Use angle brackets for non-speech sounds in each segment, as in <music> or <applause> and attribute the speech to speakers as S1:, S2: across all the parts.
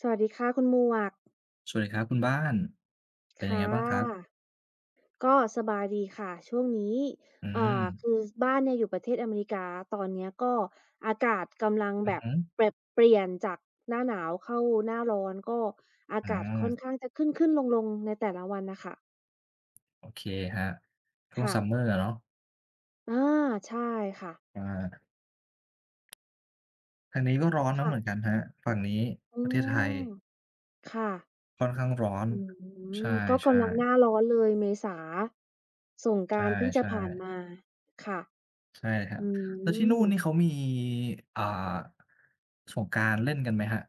S1: สวัสดีค่ะคุณหมวก
S2: สวัสดีครับคุณบ้าน เป็นยังไง
S1: ค่ะ
S2: บ้างครับ
S1: ก็สบายดีค่ะช่วงนี้
S2: อื
S1: อ่า
S2: ม
S1: คือบ้านเนี่ยอยู่ประเทศอเมริกาตอนเนี้ยก็อากาศกำลัง
S2: อื
S1: แบ
S2: อ
S1: บ
S2: ฮึ
S1: แปรเปลี่ยนจากหน้าหนาวเข้าหน้าร้อนก็อา
S2: อ
S1: กาศค่อน
S2: า
S1: ข้างจะขึ้นๆลงๆในแต่ละวันน่ะค่ะ
S2: โอเคครับช่วง
S1: ค่ะ
S2: Summer อะเนาะ
S1: อาใช่ค่ะ
S2: อาทางนี้ก็ร้อนนะเหมือนกั
S1: ค่ะ
S2: นครับฝั่งนี้
S1: อื
S2: ประเทศไทย
S1: มค่ะ
S2: ค่อนข้างร้อน
S1: อื
S2: ใช
S1: มก็
S2: ่
S1: กำลังห
S2: ๆ
S1: น้าร้อนเลยเมษาสงก
S2: ใช่
S1: รานต์เพิ่งจะ
S2: ใช่
S1: ผ่านมาค่ะ
S2: ใช่ครับ
S1: อื
S2: แล้วที่นู่นนี่เขา
S1: ม
S2: มี อ่าสงกรานต์เล่นกันไหมครับ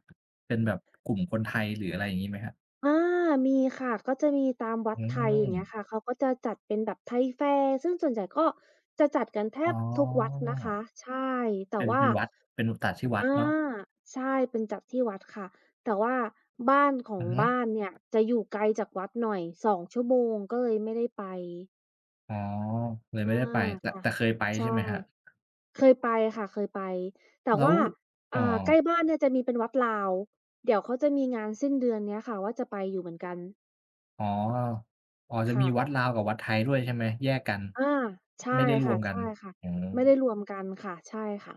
S2: เป็นแบบกลุ่มคนไทยหรืออะไรอย่างงี้ไหมครับ
S1: อามีค่ะก็จะมีตามวั
S2: อื
S1: ดไทยอย่างเงี้ยค่ะ
S2: ม
S1: เขาก็จะจัดเป็นแบบไทยแฟร์ซึ่งส่วนใหญ่ก็จะจัดกันแท
S2: อ๋
S1: บทุกวัด
S2: อ
S1: นะคะใช่แต่
S2: เป็น
S1: ว่า
S2: เป็นวัดเป็นจัดที่วัด
S1: อา
S2: เนาะ
S1: ใช่เป็นจัดที่วัดค่ะแต่ว่าบ้านขอ
S2: อื
S1: ง
S2: อฮึ
S1: บ้านเนี่ยจะอยู่ไกลจากวัดหน่อยสองชั่วโมงก็เลยไม่ได้ไป
S2: อ๋อเลยไม่
S1: อา
S2: ได้ไปแต่
S1: ค่ะ
S2: แต่เคยไป
S1: ใช่
S2: ใช่ไหมครับ
S1: เคยไปค่ะเคยไปแต่
S2: แล้ว
S1: ว่า
S2: อ๋อ
S1: ใกล้บ้านเนี่ยจะมีเป็นวัดลาวเดี๋ยวเขาจะมีงานสิ้นเดือนเนี้ยค่ะว่าจะไปอยู่เหมือนกัน
S2: อ๋ออ๋อจะ
S1: ค่ะ
S2: มีวัดลาวกับวัดไทยด้วยใช่ไหมแยกกัน
S1: อาใช่
S2: ไม่ได้ร
S1: ค
S2: วมกัน
S1: ่ะ
S2: อ๋อ
S1: ๆไม่ได้รวมกันค่ะใช่ค่ะ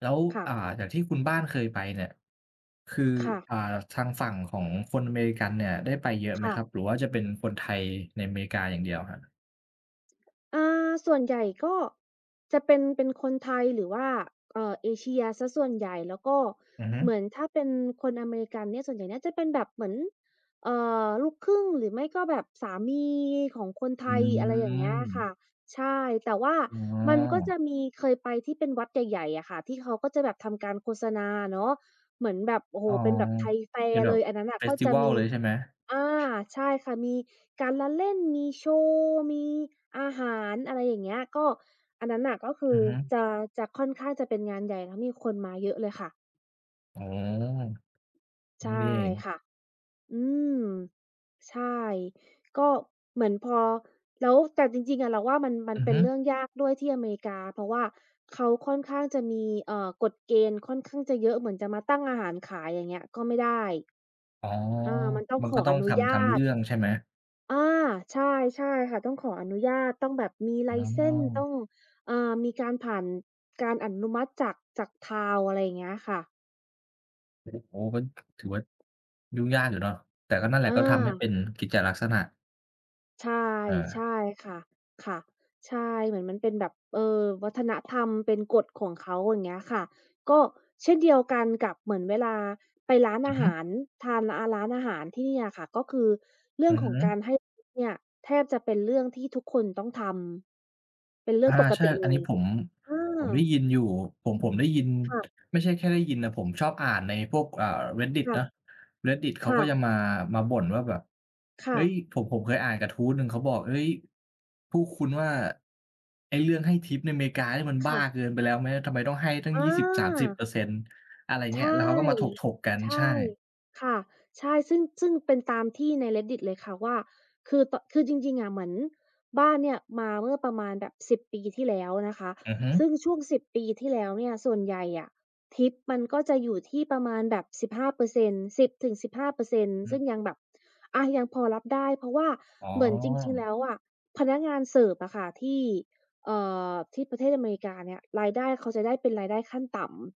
S2: แล้ว
S1: ค่ะ
S2: อ่าจากที่คุณบ้านเคยไปเนี่ยคือ
S1: ค่ะ
S2: อ่าทางฝั่งของคนอเมริกันเนี่ยได้ไปเยอะไหม
S1: ค่ะ
S2: ครับหรือว่าจะเป็นคนไทยในอเมริกาอย่างเดียวครับ
S1: อาส่วนใหญ่ก็จะเป็นคนไทยหรือว่าเอเชียเสียส่วนใหญ่แล้วก็
S2: อือฮึ
S1: เหมือนถ้าเป็นคนอเมริกันเนี่ยส่วนใหญ่น่าจะเป็นแบบเหมือนเอ่ลูกครึ่งหรือไม่ก็แบบสามีของคนไท
S2: อื
S1: ยอะไรอย่างเงี้ยค่ะ
S2: ม
S1: ใช่แต่ว่า
S2: อ๋
S1: มันก็
S2: อ
S1: จะมีเคยไปที่เป็นวัดใหญ่ๆอะค่ะที่เขาก็จะแบบทำการโฆษณาเนาะเหมือนแบบโอ้โฮ
S2: อ๋อ
S1: เป็นแบบไทยแฟ
S2: เป็
S1: ร์
S2: นแบ
S1: เล
S2: บ
S1: ยอันนั้นน่ะ
S2: เฟส
S1: ก็
S2: ติ
S1: จะ
S2: วัล
S1: มี
S2: เลยใช่ไหม
S1: อาใช่ค่ะมีการละเล่นมีโชว์มีอาหารอะไรอย่างเงี้ยก็อันนั้นน่ะก็คื
S2: อื
S1: อ
S2: อฮึ
S1: จะจะค่อนข้างจะเป็นงานใหญ่แล้วมีคนมาเยอะเลยค่ะ
S2: อ๋อ
S1: ใช่
S2: นี่นี่เอง
S1: ค่ะอืมใช่ก็เหมือนพอแล้วแต่จริงๆอะเราว่ามัน
S2: อือ
S1: เป็น
S2: ฮึ
S1: เรื่องยากด้วยที่อเมริกาเพราะว่าเขาค่อนข้างจะมีกฎเกณฑ์ค่อนข้างจะเยอะเหมือนจะมาตั้งอาหารขายอย่างเงี้ยก็ไม่ได้
S2: อ๋อ
S1: อามันต้อง
S2: มัน
S1: ข
S2: ก็
S1: อ
S2: ต้
S1: อ
S2: อง
S1: นุ
S2: ทำ
S1: ญา
S2: ทำ
S1: ต
S2: เรื่องใช่ไหม
S1: อาใช่ใช่ค่ะต้องขออนุญาตต้องแบบมีไล
S2: อ๋อ
S1: เซนส์ต้องเอ่ามีการผ่านการอนุมัติจาก TAL อะไรอย่างเงี้ยค่ะ
S2: โอ้โฮก็ถือว่ายุ่งยากอยู่เนาะแต่ก็นั่นแห
S1: อ
S2: ละก็ทำให้
S1: า
S2: เป็นกิจลักษณะ
S1: ใช่
S2: เออ
S1: ใช่ค่ะค่ะใช่เหมือนมันเป็นแบบวัฒนธรรมเป็นกฎของเขาอย่างเงี้ยค่ะก็เช่นเดียวกันกับเหมือนเวลาไปร้าน
S2: อือ
S1: อา
S2: ฮึ
S1: หารทานอาร้านอาหารที่เนี่ยค่ะก็คือเรื่อ
S2: อื
S1: ง
S2: อ
S1: ของ
S2: ฮึ
S1: การให้ทิปเนี่ยแทบจะเป็นเรื่องที่ทุกคนต้องทำเป็นเรื่อ
S2: อา
S1: งปก
S2: ใช่
S1: ติ
S2: อั
S1: เล
S2: นนี้
S1: ย
S2: ผม
S1: อา
S2: ผมได้ยินอยู่ผมผมได้ยิน
S1: ค่ะ
S2: ไม่ใช่แค่ได้ยินนะผมชอบอ่านในพวกReddit
S1: ค่ะ
S2: นะ Reddit เขา
S1: ค่ะ
S2: ก็จะมามาบ่นว่าแบบ
S1: ค่ะ
S2: เฮ้ยผมเคยอ่านกระทู้หนึ่งเขาบอกเฮ้ยพวกคุณว่าไอ้เรื่องให้ทิปในอเมริกานี่มันบ้า
S1: ค่ะ
S2: เกินไปแล้วไหมทำไมต้องให้ตั้ง
S1: อ
S2: 20-30%
S1: า
S2: อร์เซ็นต์อะไรเงี้ย
S1: ใช่
S2: แล้วเขาก็มาถกกัน
S1: ใช่
S2: ใช่
S1: ค่ะใช่ซึ่งเป็นตามที่ใน Reddit เลยค่ะว่าคือตคือจริงๆอะเหมือนบ้านเนี่ยมาเมื่อประมาณแบบ10ปีที่แล้วนะคะ
S2: อือฮึ
S1: ซึ่งช่วง10ปีที่แล้วเนี่ยส่วนใหญ่อะทิปมันก็จะอยู่ที่ประมาณแบบ15% 10-15%ซนต์สิบถึงสิบห้าเปอร์เซ็นต์
S2: อื
S1: ซึ่ง
S2: ม
S1: ยังแบบอะยังพอรับได้เพราะว่า
S2: อ๋
S1: เหมือนจริงๆ
S2: อ
S1: แล้วอะพนักงานเสิร์ฟอะค่ะที่เอ่ที่ประเทศอเมริกาเนี่ยรายได้เขาจะได้เป็นรายได้ขั้นต่ำ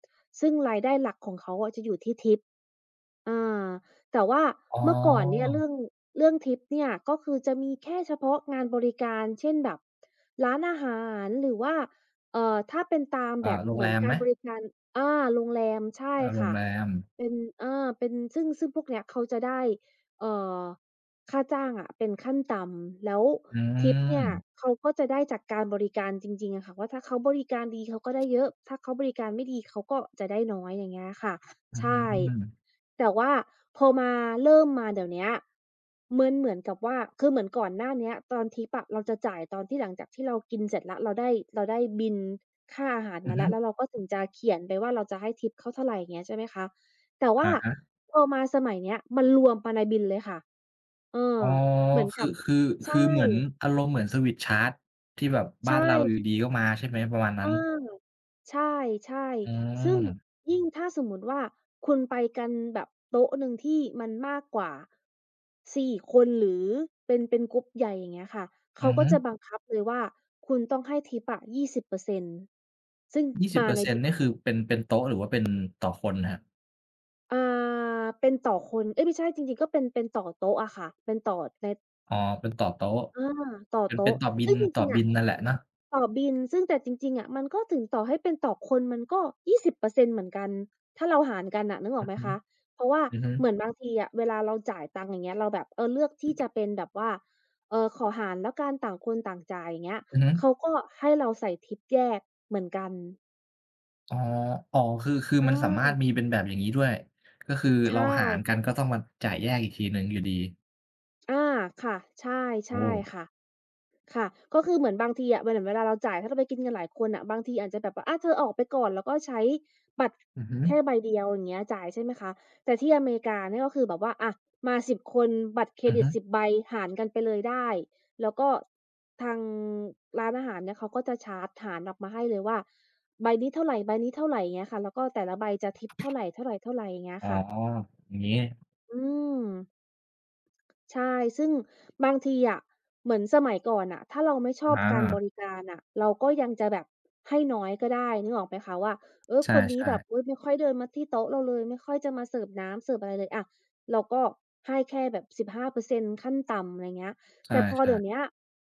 S1: อาแต่ว่า
S2: อ๋อ
S1: เมื่อก่อนเนี่ยเรื่องทิปเนี่ยก็คือจะมีแค่เฉพาะงานบริการเช่นแบบร้านอาหารหรือว่าถ้าเป็นตามแบ
S2: อ่า
S1: บ
S2: โรง
S1: เหมื
S2: แร
S1: อน
S2: ม
S1: กา
S2: ไหม
S1: รบริการอาโรงแรมใช่
S2: อาโรง
S1: ค่ะ
S2: แรม
S1: เป็นเอาเป็นซึ่งพวกเนี้ยเขาจะได้เอ่อค่าจ้างอะเป็นขั้นต่ำแล้ว
S2: อื
S1: ทิปเนี่ย
S2: ม
S1: เขาก็จะได้จากการบริการจริงๆอะค่ะว่าถ้าเขาบริการดีเขาก็ได้เยอะถ้าเขาบริการไม่ดีเขาก็จะได้น้อยอย่างเงี้ยค่ะ
S2: อื
S1: ใช่
S2: ม
S1: แต่ว่าพอมาเริ่มมาเดี๋ยวเนี้ยเหมือนเหมือนกับว่าคือเหมือนก่อนหน้าเนี้ยตอนทิปอะเราจะจ่ายตอนที่หลังจากที่เรากินเสร็จแล้วเราได้เราได้บิลค่าอาหาร
S2: อือ
S1: มา
S2: ฮึ
S1: แล้วแล้วเราก็ถึงจะเขียนไปว่าเราจะให้ทิปเขาเท่าไรอย่างเงี้ยใช่ไหมคะแต่ว่า
S2: อะฮะ
S1: พอมาสมัยเนี้ยมันรวมมาในบิลเลยค่ะเอ
S2: อ๋
S1: อ
S2: อ
S1: เหมือน
S2: คื
S1: กั
S2: อ
S1: บ
S2: คือ
S1: ใช่
S2: คือ เหมือนอารมณ์เหมือนสวิตช์ชาร์จที่แบบบ้าน
S1: ใช่
S2: เราอยู่ดีๆก็มาใช่ไหมประมาณ
S1: เอ
S2: นั้
S1: อ
S2: น
S1: ใช่
S2: อื
S1: ๆซึ่ง
S2: ม
S1: ยิ่งถ้าสมมุติว่าคุณไปกันแบบโต๊ะหนึ่งที่มันมากกว่า4คนหรือเป็นกรุ๊ปใหญ่อย่างเงี้ยค่ะเขา
S2: อือ
S1: ก็
S2: ฮึ
S1: จะบังคับเลยว่าคุณต้องให้ทิปอะ20%ซนต์ซึ่งมาใน
S2: 20%
S1: ลิ
S2: นต์
S1: ส
S2: นี่
S1: ต์
S2: คือเป็นโต๊ะหรือว่าเป็นต่อคนครับ
S1: อ่าเป็นต่อคนเอ๊ยไม่ใช่จริงๆก็เป็นต่อโต๊ะอะค่ะเป็นต่อใน
S2: อ๋อเป็นต่อโต๊ะ
S1: อาต่อ
S2: เป็น
S1: โต๊ะ
S2: ต่อบิล
S1: ซึ่งจ
S2: ต่อ
S1: ริงๆ
S2: บิ
S1: อะ
S2: ลนั่นแหละเนาะ
S1: ต่อบิลซึ่งแต่จริงๆอะมันก็ถึงต่อให้เป็นต่อคนมันก็20%เปอร์เซ็นต์เหมือนกันถ้าเราหารกันน่ะนึกอ
S2: อื
S1: อก
S2: อ
S1: ไหม
S2: ฮึ
S1: คะเพราะว่า
S2: อือฮึ
S1: เหมือนบางทีอะเวลาเราจ่ายตังค์อย่างเงี้ยเราแบบเออเลือกที่จะเป็นแบบว่าขอหารแล้วกันต่างคนต่างจ่ายอย่างเงี้ย
S2: อือฮึ
S1: เขาก็ให้เราใส่ทิปแยกเหมือนกัน
S2: อ๋ออ๋อคือ
S1: อ
S2: มันสามารถ
S1: า
S2: มีเป็นแบบอย่างงี้ด้วย ก็คือ
S1: ใช่
S2: เราหารกันก็ต้องมาจ่ายแยกอีกทีหนึ่งอยู่ดี
S1: อาค่ะใช่
S2: โอ้
S1: ใช่ค่ะ ค่ะก็คือเหมือนบางทีอะเวลาเราจ่ายถ้าเราไปกินกันหลายคนน่ะบางทีอาจจะแบบว่าอาเธอออกไปก่อนแล้วก็ใช้บัตร
S2: อือฮึ
S1: แค่ใบเดียวอย่างเงี้ยจ่ายใช่ไหมคะแต่ที่อเมริกาเนี่ยก็คือแบบว่าอะมา10คนบัตรเคร
S2: อือ
S1: ดิต
S2: ฮึ
S1: สิบใบหารกันไปเลยได้แล้วก็ทางร้านอาหารเนี่ยเขาก็จะชาร์จหารออกมาให้เลยว่าใบนี้เท่าไรใบนี้เท่าไรอย่างเงี้ยค่ะแล้วก็แต่ละใบจะทิปเท่าไรๆๆอย่างเงี้ย
S2: อ๋อ
S1: ค่ะ
S2: อย่างงี้
S1: อืม ใช่ ซึ่งบางทีอะเหมือนสมัยก่อนน่ะถ้าเราไม่ช
S2: อ
S1: อบการบ
S2: า
S1: ริการน่ะเราก็ยังจะแบบให้น้อยก็ได้นึกออกไหมคะว่าเออ
S2: ใช
S1: คนนี้
S2: ่
S1: แบบ
S2: ๆ
S1: อุ๊ยไม่ค่อยเดินมาที่โต๊ะเราเลยไม่ค่อยจะมาเสิร์ฟน้ำเสิร์ฟอะไรเลยอะเราก็ให้แค่แบบ15%ขั้นต่ำอะไรเงี้ย
S2: ใช่
S1: แต่พอเดี๋ยวเนี้ย
S2: ๆ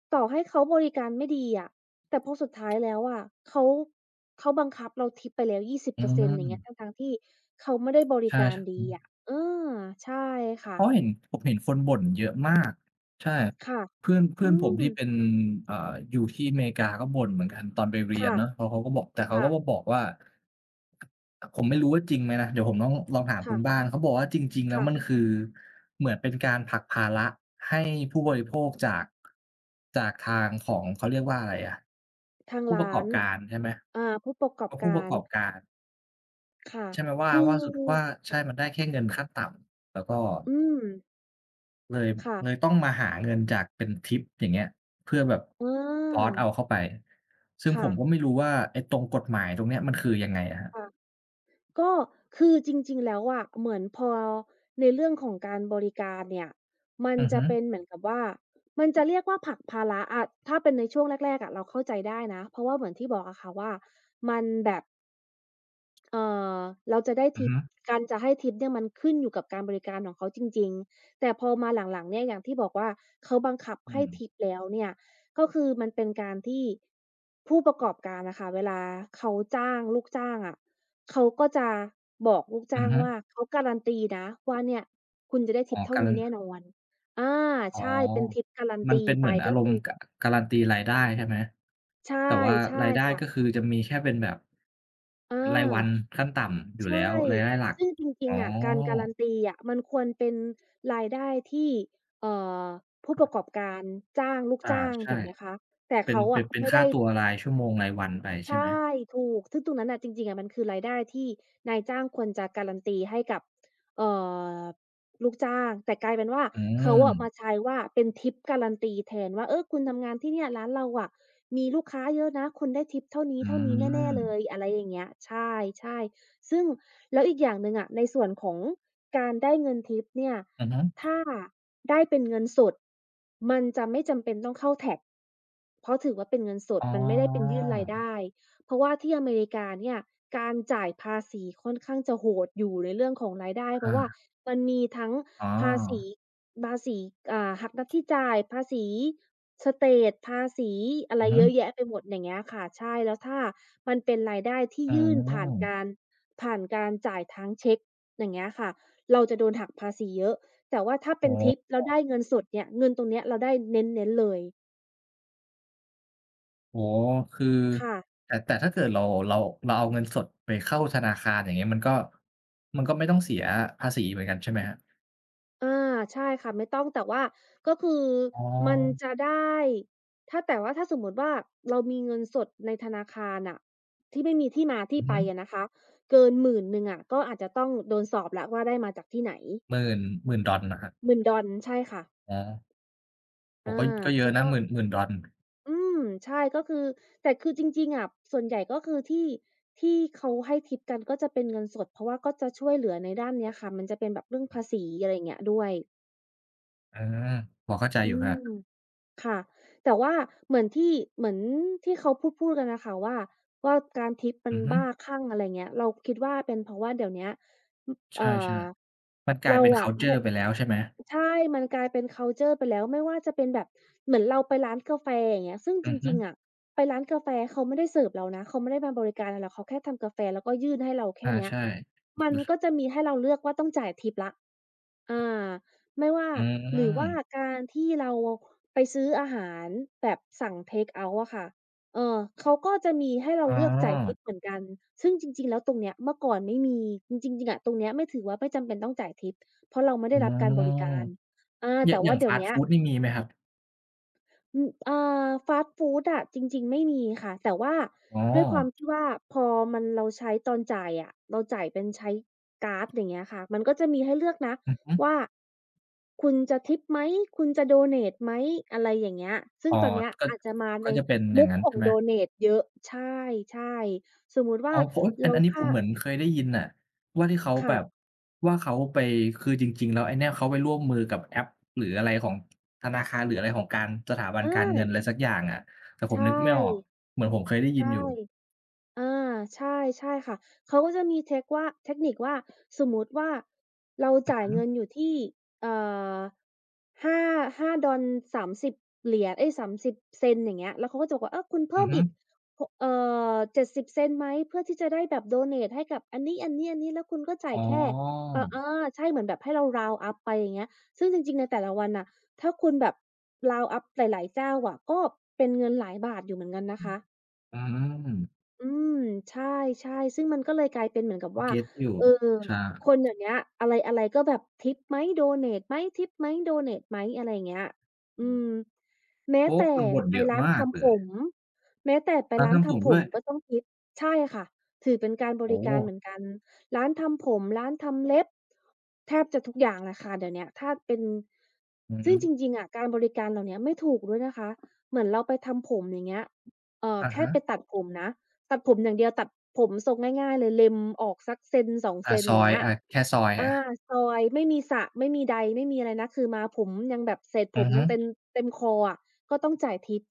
S1: ต่อให้เขาบริการไม่ดีอะแต่พอสุดท้ายแล้วอะเขาเขาบังคับเราทิปไปแล้ว
S2: อื
S1: 20%อร์เซ็นต์อย่างเงี้ย
S2: ม
S1: ทั้งๆที่เขาไม่ได้บริ
S2: ใช่
S1: การ
S2: ๆอื
S1: ดี
S2: ม
S1: อะเออใช่
S2: เพ
S1: ค่ะ
S2: ราะเห็นผมเห็นคนบ่นเยอะมากใช่
S1: ค่ะ
S2: เพื่อนเพื่อ
S1: อื
S2: นผม
S1: ม
S2: ที่เป็นอยู่ที่อเมริกาก็บ่นเหมือนกันตอนไปเรียน
S1: ค่ะ
S2: เนาะเพราะเขาก็บอกแต่เขา
S1: ค่ะ
S2: ก็มาบอกว่าผมไม่รู้ว่าจริงไหมนะเดี๋ยวผมต้องลองถามคุ
S1: ค่ะ
S2: ณบ้านเขาบอกว่าจริงๆแล้วมัน
S1: ค่ะ
S2: คือเหมือนเป็นการผลักภาระให้ผู้บริโภคจากทางของเขาเรียกว่าอะไรอะ
S1: ทาง
S2: ผู้ประ
S1: ร้า
S2: กอบ
S1: น
S2: การใช่ไหม
S1: อ่าผู้ประกอ
S2: เพ
S1: บ
S2: ราะผู้ป
S1: กา
S2: ระก
S1: ร
S2: อบการ
S1: ค่ะ
S2: ใช่ไหม
S1: คือ
S2: ว่าใช่มันได้แค่เงินขั้นต่ำแล้วก็
S1: อืม
S2: เลย
S1: ค่ะ
S2: ต้องมาหาเงินจากเป็นทิปอย่างเงี้ยเพื่อแบบ
S1: อ
S2: ฟอร์ซ
S1: า
S2: เอาเข้าไปซึ่งผ
S1: ค่ะ
S2: มก็ไม่รู้ว่าไอ้ตรงกฎหมายตรงเนี้ยมันคือยังไงอะครับ
S1: ค่ะก็คือ จริงๆ แล้วอะเหมือนพอในเรื่องของการบริการเนี่ยมัน
S2: อือ
S1: จะ
S2: ฮึ
S1: เป็นเหมือนกับว่า มันจะเรียกว่าผลักภาระอะถ้าเป็นในช่วงแรกๆอะเราเข้าใจได้นะ เพราะว่าเหมือนที่บอกอะค่ะว่ามันแบบ เอ่อเราจะได้
S2: อือ
S1: ทิป
S2: ฮึ
S1: การจะให้ทิปเนี่ยมันขึ้นอยู่กับการบริการของเขาจริงๆแต่พอมาหลังๆเนี่ยอย่างที่บอกว่าเขาบังคับ
S2: อื
S1: ให้ทิป
S2: ม
S1: แล้วเนี่ยก็คือมันเป็นการที่ผู้ประกอบการอะค่ะเวลาเขาจ้างลูกจ้างอะเขาก็จะบอกลูก
S2: อื
S1: จ้า
S2: อ
S1: ง
S2: ฮึ
S1: ว่าเขาการันตีนะว่าเนี่ยคุณจะได้ทิ
S2: อ๋
S1: ป
S2: อ
S1: เท่า
S2: การั
S1: นี้
S2: น
S1: แน่นอนอา
S2: อ๋อ
S1: ใช่เป็นทิปการัน
S2: มัน
S1: ตี
S2: เป็นเห
S1: ไป
S2: มือนอา
S1: ก็
S2: รม
S1: คือ
S2: ณ์กการันตีรายได้ใช่ไหม
S1: ใช่
S2: แต่ว่า
S1: ใช่
S2: รายได้
S1: ค่ะ
S2: ก็คือจะมีแค่เป็นแบบ
S1: อ
S2: รายวั
S1: า
S2: นขั้นต่ำอยู่
S1: ใช่
S2: แล้วรายได้หลัก
S1: ซึ่งจ
S2: อ๋
S1: ริ
S2: อ
S1: งๆอะการการันตีอะมันควรเป็นรายได้ที่เอ่อผู้ประกอบการจ้างลูก
S2: อา
S1: จ้าง
S2: ใช่
S1: ถูกไหมคะ แต่
S2: เป็น
S1: เขา
S2: เป็
S1: อะ
S2: นเป็น
S1: ไม่
S2: ค่า
S1: ได้
S2: ตัวรายชั่วโมงรายวันไปใช่ไหม
S1: ใช่ถูกซึ่งตรงนั้นน่ะจริงๆอะมันคือรายได้ที่นายจ้างควรจะการันตีให้กับเอ่อลูกจ้างแต่กลายเป็นว่า
S2: อื
S1: เขาอะมา
S2: ม
S1: ใช้ว่าเป็นทิปการันตีแทนว่าเออคุณทำงานที่เนี่ยร้านเราอะมีลูกค้าเยอะนะคุณได้ทิปเท่าน
S2: อื
S1: ี้ๆแน่
S2: ม
S1: ๆเลยอะไรอย่างเงี้ยใช่ๆซึ่งแล้วอีกอย่างหนึ่งอะในส่วนของการได้เงินทิปเนี่ย
S2: อือฮึ
S1: ถ้าได้เป็นเงินสดมันจะไม่จำเป็นต้องเข้า tax เพราะถือว่าเป็นเงินสด
S2: อ๋
S1: มันไม่ได้เป็น
S2: อ
S1: ยื่นรายได้ เพราะว่าที่อเมริกาเนี่ยการจ่ายภาษีค่อนข้างจะโหดอยู่ในเรื่องของรายได้เพราะว่า
S2: ค่ะ
S1: มันมีทั้ง
S2: อ๋อ
S1: ภาษีภาษีอ่าหักหน้าที่จ่ายภาษีสเตตภาษีอะไร
S2: อือฮึ
S1: เยอะแยะไปหมดอย่างเงี้ยค่ะใช่แล้วถ้ามันเป็นรายได้ที่
S2: อ๋
S1: ยื่นผ่าน
S2: อ
S1: การผ่านการจ่ายทางเช็กอย่างเงี้ยค่ะเราจะโดนหักภาษีเยอะแต่ว่าถ้า
S2: อ๋
S1: เป็นทิป
S2: อ
S1: แล้วได้เงินสดเนี่ยเงินตรงเนี้ยเราได้เน้นๆเลย
S2: โอ้โฮคือ
S1: ค่ะ
S2: แต่ถ้าเกิดเราเราเราเอาเงินสดไปเข้าธนาคารอย่างเงี้ยมันก็มันก็ไม่ต้องเสียภาษีเหมือนกันใช่ไหมครับ
S1: อาใช่ค่ะไม่ต้องแต่ว่าก็คือ
S2: อ๋อ
S1: มันจะได้ถ้าแต่ว่าถ้าสมมุติว่าเรามีเงินสดในธนาคารน่ะที่ไม่มีที่มาที่
S2: อือ
S1: ไป
S2: ฮึ
S1: อะนะคะเกินหมืนหนึ่งอะก็อาจจะต้องโดนสอบแล้วว่าได้มาจากที่ไหน
S2: $10,000 $10,000 เหรอครับ
S1: หมื่นดอลใช่ค่ะ
S2: อ๋อโอ้
S1: อา
S2: ก็ก็เย
S1: คื
S2: อะ
S1: อ
S2: นะ
S1: ก็
S2: $10,000 $10,000
S1: อืมใช่ก็คือแต่คือจริงๆอะส่วนใหญ่ก็คือที่ที่เขาให้ทิปกันก็จะเป็นเงินสดเพราะว่าก็จะช่วยเหลือในด้านเนี้ยค่ะมันจะเป็นแบบเรื่องภาษีอะไรอย่างเงี้ยด้วย
S2: อลลาร์อาพอเข้าใจอ
S1: อื
S2: ยู่ครั
S1: ม
S2: บ
S1: ค่ะแต่ว่าเหมือนที่เหมือนที่เขาพูดๆกันน่ะค่ะว่าการทิปมัน
S2: อือฮึ
S1: บ้าคลั่งอะไรเงี้ยเราคิดว่าเป็นเพราะว่าเดี๋ยวเนี้ยอเอ่
S2: ใช่
S1: อ
S2: ๆมันกลาย
S1: เรา
S2: เป็นคั
S1: อะ
S2: ลเช
S1: แบ
S2: อร์
S1: บ
S2: ไปแล้วใช่ไหม
S1: ใช่มันกลายเป็นคัลเชอร์ไปแล้วไม่ว่าจะเป็นแบบเหมือนเราไปร้านกาแฟอย่างเงี้ยซึ่งจ
S2: อือฮึ
S1: ริงๆอะไปร้านกาแฟเขาไม่ได้เสิร์ฟเรานะเขาไม่ได้มาบริการเราหรอกเขาแค่ทำกาแฟแล้วก็ยื่นให้เราแค่
S2: อา
S1: เนี้ย
S2: ใช่
S1: มันก็จะมีให้เราเลือกว่าต้องจ่ายทิปแล้วอา ไม่ว่า
S2: อื
S1: หรือว่า
S2: ม
S1: การที่เราไปซื้ออาหารแบบสั่งเทกเอาต์อะค่ะเออเขาก็จะมีให้เรา
S2: อ๋อ
S1: เลือกจ่ายทิปเหมือนกัน ซึ่งจริงๆแล้วตรงเนี้ยเมื่อก่อนไม่มีจริงๆอะตรงเนี้ยไม่ถือว่าไม่จำเป็นต้องจ่ายทิปเพราะเราไม่
S2: อื
S1: ได้รับการบริ
S2: ม
S1: การ
S2: อย่า
S1: แต่
S2: งอย่า
S1: ว่า
S2: ง
S1: เดี๋ย
S2: ฟา
S1: ว
S2: สต์
S1: เนี้ย
S2: ฟูดนี่มีไหมครับ
S1: อืมอ่าฟาสต์ฟูดอะจริงๆไม่มีค่ะแต่ว่า
S2: อ๋อ
S1: ด้วยความที่ว่าพอมันเราใช้ตอนจ่ายอะเราจ่ายเป็นใช้การ์ดอย่างเงี้ยค่ะมันก็จะมีให้เลือกนะ
S2: อือฮึ
S1: ว่าคุณจะทิปไหมคุณจะโดเนตไหมอะไรอย่างเงี้ยซึ่
S2: อ๋
S1: ง
S2: อ
S1: ตอนเนี้ย
S2: ก็
S1: อาจจะมาใน
S2: ก็จะเป็นอ
S1: มุ
S2: ย่าง
S1: ข
S2: นั้น
S1: ของ
S2: ใช่ไหม
S1: โดเนตเยอะใช่ๆสมมุติว่า
S2: อ๋อเพราะอั
S1: เรา
S2: นอันนี้ผ
S1: ค่า
S2: มเหมือนเคยได้ยินน่ะว่าที่เขาแบบ
S1: ค่ะ
S2: ว่าเขาไปคือจริงๆแล้วไอ้เนี่ยเขาไปร่วมมือกับแอปหรืออะไรของธนาคารหรืออะไรของการสถาบันการเงิน
S1: อา
S2: อะไรสักอย่างอะแต่ผม
S1: ใช่
S2: นึกไม่ออกเหมือนผมเคยได้ยิน
S1: ใช่
S2: อยู่
S1: อาใช่ใช่ค่ะเขาก็จะมีเทคนิคว่าสมมุติว่าเรา
S2: อือ
S1: จ่าย
S2: ฮึ
S1: เงินอยู่ที่เอ่อห้าห้าดอลสามส3 0เหรียญเอ๊ย $0.30 อย่างเงี้ยแล้วเขาก็จะบอกว่าเออคุณเพิ่
S2: อือ
S1: ม
S2: ฮึ
S1: อีกหกเอ่อ $0.70 ไหมเพื่อที่จะได้แบบโดเนตให้กับอันนี้ๆๆแล้วคุณก็จ่าย
S2: อ๋อ
S1: แค่เอ่ออาใช่เหมือนแบบให้เรา round up ไปอย่างเงี้ยซึ่งจริงๆ ในแต่ละวันน่ะถ้าคุณแบบ round up หลายๆเจ้าอะก็เป็นเงินหลายบาทอยู่เหมือนกันนะคะ
S2: อืม
S1: อืมใช่ๆซึ่งมันก็เลยกลายเป็นเหมือนกับ
S2: โอ
S1: ว่า
S2: เคอยู่
S1: เออ
S2: ใช่
S1: คนเดี๋ยวเนี้ยอะไรๆก็แบบทิปไหมโดเนตไหมทิปไหมโดเนตไหมอะไรอย่างเงี้ยอื
S2: อื
S1: ม
S2: ม
S1: แม้
S2: โอ้
S1: แต่
S2: คนบ่น
S1: ไป
S2: เยอะ
S1: ร้าน
S2: มาก
S1: ทำ
S2: เล
S1: ผ
S2: ย
S1: มแม้แต่ไป
S2: ร้าน
S1: ร้าน
S2: ทำผม
S1: ทำผ
S2: ด้ว
S1: ม
S2: ย
S1: ก็ต้องทิปใช่ค่ะถือเป็นการบ
S2: โอ้
S1: ริการเหมือนกันร้านทำผมร้านทำเล็บแทบจะทุกอย่างแหละค่ะเดี๋ยวเนี้ยถ้าเป็น
S2: อื
S1: ซึ่งจ
S2: ม
S1: ริงๆอะการบริการเหล่าเนี้ยไม่ถูกด้วยนะคะเหมือนเราไปทำผมอย่างเงี้ย
S2: อะ
S1: แค่ไป
S2: ฮะ
S1: ตัดผมนะ ตัดผมอย่างเดียวตัดผมทรงง่ายๆเลยเล็มออกสักเซนสองเซ
S2: อา
S1: น
S2: ซ
S1: อ
S2: อ
S1: ย่าง
S2: ย
S1: เงี้ย
S2: อาแค่ซอย
S1: อา
S2: อะ
S1: ซอยไม่มีสระไม่มีใดไม่มีอะไรนะคือมาผมยังแบบเศษผ
S2: อื
S1: ม
S2: อฮึ
S1: ยังเต็มคออะก็ต้องจ่าย Tip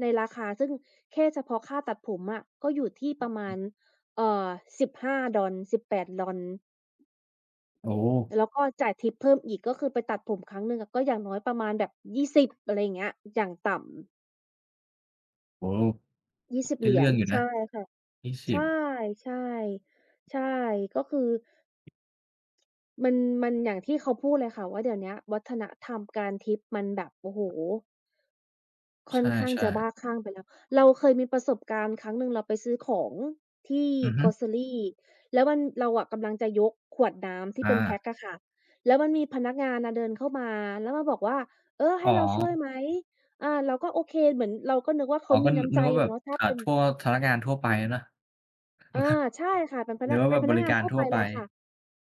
S1: ในราคาซึ่งแค่เฉพาะค่าตัดผมอะก็อยู่ที่ประ
S2: อื
S1: มา
S2: อ
S1: ณเอ่อ15 ดอลสิบแปดดอล
S2: โอ้
S1: แล้วก็จ่าย Tip เพิ่มอีกก็คือไปตัดผมครั้งหนึ่งอะก็อย่างน้อยประมาณแบบ20อะไรอย่างเงี้ยอย่างต่ำ
S2: โอ้โฮ
S1: ยสิบ
S2: ได้
S1: เหรีย
S2: เรื่
S1: ญ
S2: องอยู่นะ
S1: ใช่ค่ะใช
S2: 20
S1: ่ๆใช่ก็คือ มันมันอย่างที่เขาพูดเลยค่ะว่าเดี๋ยวเนี้ยวัฒนธรรมการทิปมันแบบโอ้โฮค่
S2: ใช
S1: อนข้าง
S2: ่
S1: จะบ้าค
S2: ๆ
S1: ลั่งไปแล้วเราเคยมีประสบการณ์ครั้งหนึ่งเราไปซื้อของที่
S2: อือฮึ
S1: Grocery แล้วมันเราอะกำลังจะยกขวดน้ำที่
S2: อา
S1: เป็นแพ็กอะค่ะแล้วมันมีพนักงานน่ะเดินเข้ามาแล้วมาบอกว่าเออ
S2: อ๋
S1: ให้เราช่วย
S2: อ
S1: ไหมเราก็โอเคเหมือนเราก็นึกว่า
S2: อ๋
S1: เขา
S2: อก็
S1: มี
S2: น
S1: น้ำ
S2: นึ
S1: ใจ
S2: กว่าแบ
S1: อะ
S2: บ
S1: เนาะถ้าเป็น
S2: ทั่วพนักงานทั่วไปอะเนาะ
S1: อาใช่ค่ะ
S2: นึกว่า
S1: เป็
S2: แบ
S1: น
S2: บ
S1: พ
S2: บ
S1: นัก
S2: ริ
S1: งาน
S2: การ
S1: ทั่ว
S2: ทั่
S1: ไป
S2: วไป
S1: เลยค่ะ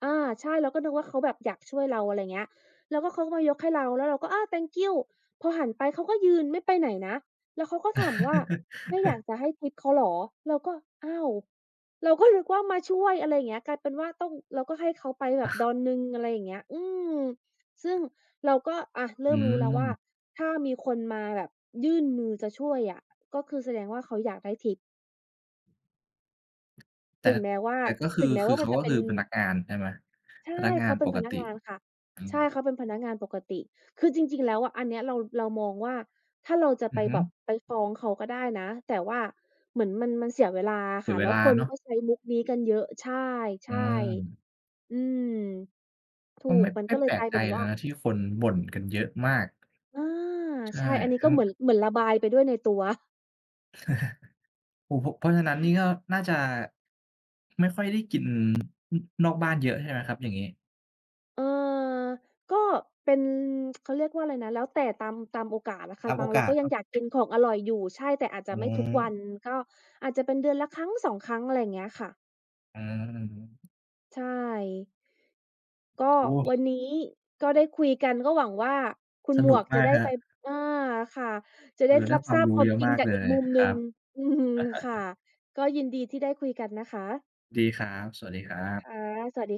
S1: อาใช่เราก็นึกว่าเขาแบบอยากช่วยเราอะไรเงี้ยแล้วก็เขาก็มายกให้เราแล้วเราก็thank you พอหันไปเขาก็ยืนไม่ไปไหนนะแล้วเขาก็ถามว่าไม่อยา
S2: <laughs>
S1: กจะให้ทิปเขาเหรอเราก็อ้าวเราก็นึกว่ามาช่วยอะไรอย่างเงี้ยกลายเป็นว่าต้องเราก็ให้เขาไปแบบดอนหนึ่งอะไรอย่างเงี้ยอืมซึ่งเราก็อะ
S2: อื
S1: เริ่มรู้แล้วว่า
S2: ม
S1: ถ้ามีคนมาแบบยื่นมือจะช่วยอะก็คือแสดงว่าเขาอยากได้ทิป
S2: แต่
S1: ถึงแม้ว่า
S2: แต่ก็คื
S1: ถึ
S2: อ
S1: งแม้
S2: คือ
S1: ว่ามัน
S2: เขา
S1: จะ
S2: ก็
S1: เป็น
S2: คือพนักงานใช่ไหม
S1: ใช่
S2: พนักงาน
S1: เขาเป็
S2: ป
S1: น
S2: ก
S1: พนัก
S2: ติ
S1: งานค่ะใช่เขาเป็นพนักงานปกติคือจริงๆแล้วอะอันเนี้ยเราเรามองว่าถ้าเราจะ
S2: อื
S1: ไป
S2: อฮึ
S1: แบบไปฟ้องเขาก็ได้นะแต่ว่าเหมือนมันเสียเวลาอะ
S2: เสีย
S1: ค่ะ
S2: เว
S1: แล้ว
S2: ลา
S1: คน
S2: เนาะ
S1: ก็ใช้มุกนี้กันเยอะใช
S2: อื
S1: ่
S2: ม
S1: ๆอืมถู
S2: ก็
S1: ก
S2: ไม่
S1: มัน
S2: ไม่
S1: ก็เล
S2: แป
S1: ย
S2: ล
S1: ก
S2: ก
S1: ลาย
S2: ใจ
S1: เป็น
S2: เล
S1: ว่า
S2: ยนะที่คนบ่นกันเยอะมาก
S1: อา
S2: ใช่
S1: ใช่อันนี้ก็
S2: ทั้ง
S1: เหมือนระบายไปด้วยในตัว
S2: โอ้โฮเพราะฉะนั้นนี่ก็น่าจะไม่ค่อยได้กินอนอกบ้านเยอะใช่ไหมครับอย่างงี้
S1: เอ่อก็เป็นเขาเรียกว่าอะไรนะแล้วแต่ตามโอกาสอะค่ะ
S2: ตามโอ
S1: บางเรา
S2: กาส
S1: ก็ยัง
S2: เนาะ
S1: อยากกินของอร่อยอยู่ใช่แต่อาจจะ
S2: อื
S1: ไม่ทุกวัน
S2: ม
S1: ก็อาจจะเป็นเดือนละครั้งสองครั้งอะไรอย่างเงี้ยค่ะ
S2: อืม
S1: ใช่ก็
S2: โอ้
S1: วันนี้ก็ได้คุยกันก็หวังว่าคุณ
S2: ส
S1: หม
S2: นุ
S1: ว
S2: ก
S1: กจะ
S2: มาก
S1: ได้
S2: ครั
S1: ไป
S2: บ
S1: อาค่ะจะ
S2: เอ
S1: ได้
S2: อได้
S1: รับ
S2: ค
S1: ท
S2: วาม
S1: ราบค
S2: รู้
S1: วา
S2: เย
S1: ม
S2: อะ
S1: จริง
S2: มาก
S1: จาก
S2: เล
S1: อีก
S2: ย
S1: มุม
S2: ค
S1: หนึ่
S2: รั
S1: ง
S2: บ
S1: อืมค่ะก็ยินดีที่ได้คุยกันนะคะ
S2: ดีครับสวัสดีครั
S1: ค่ะ
S2: บ
S1: สวัสดี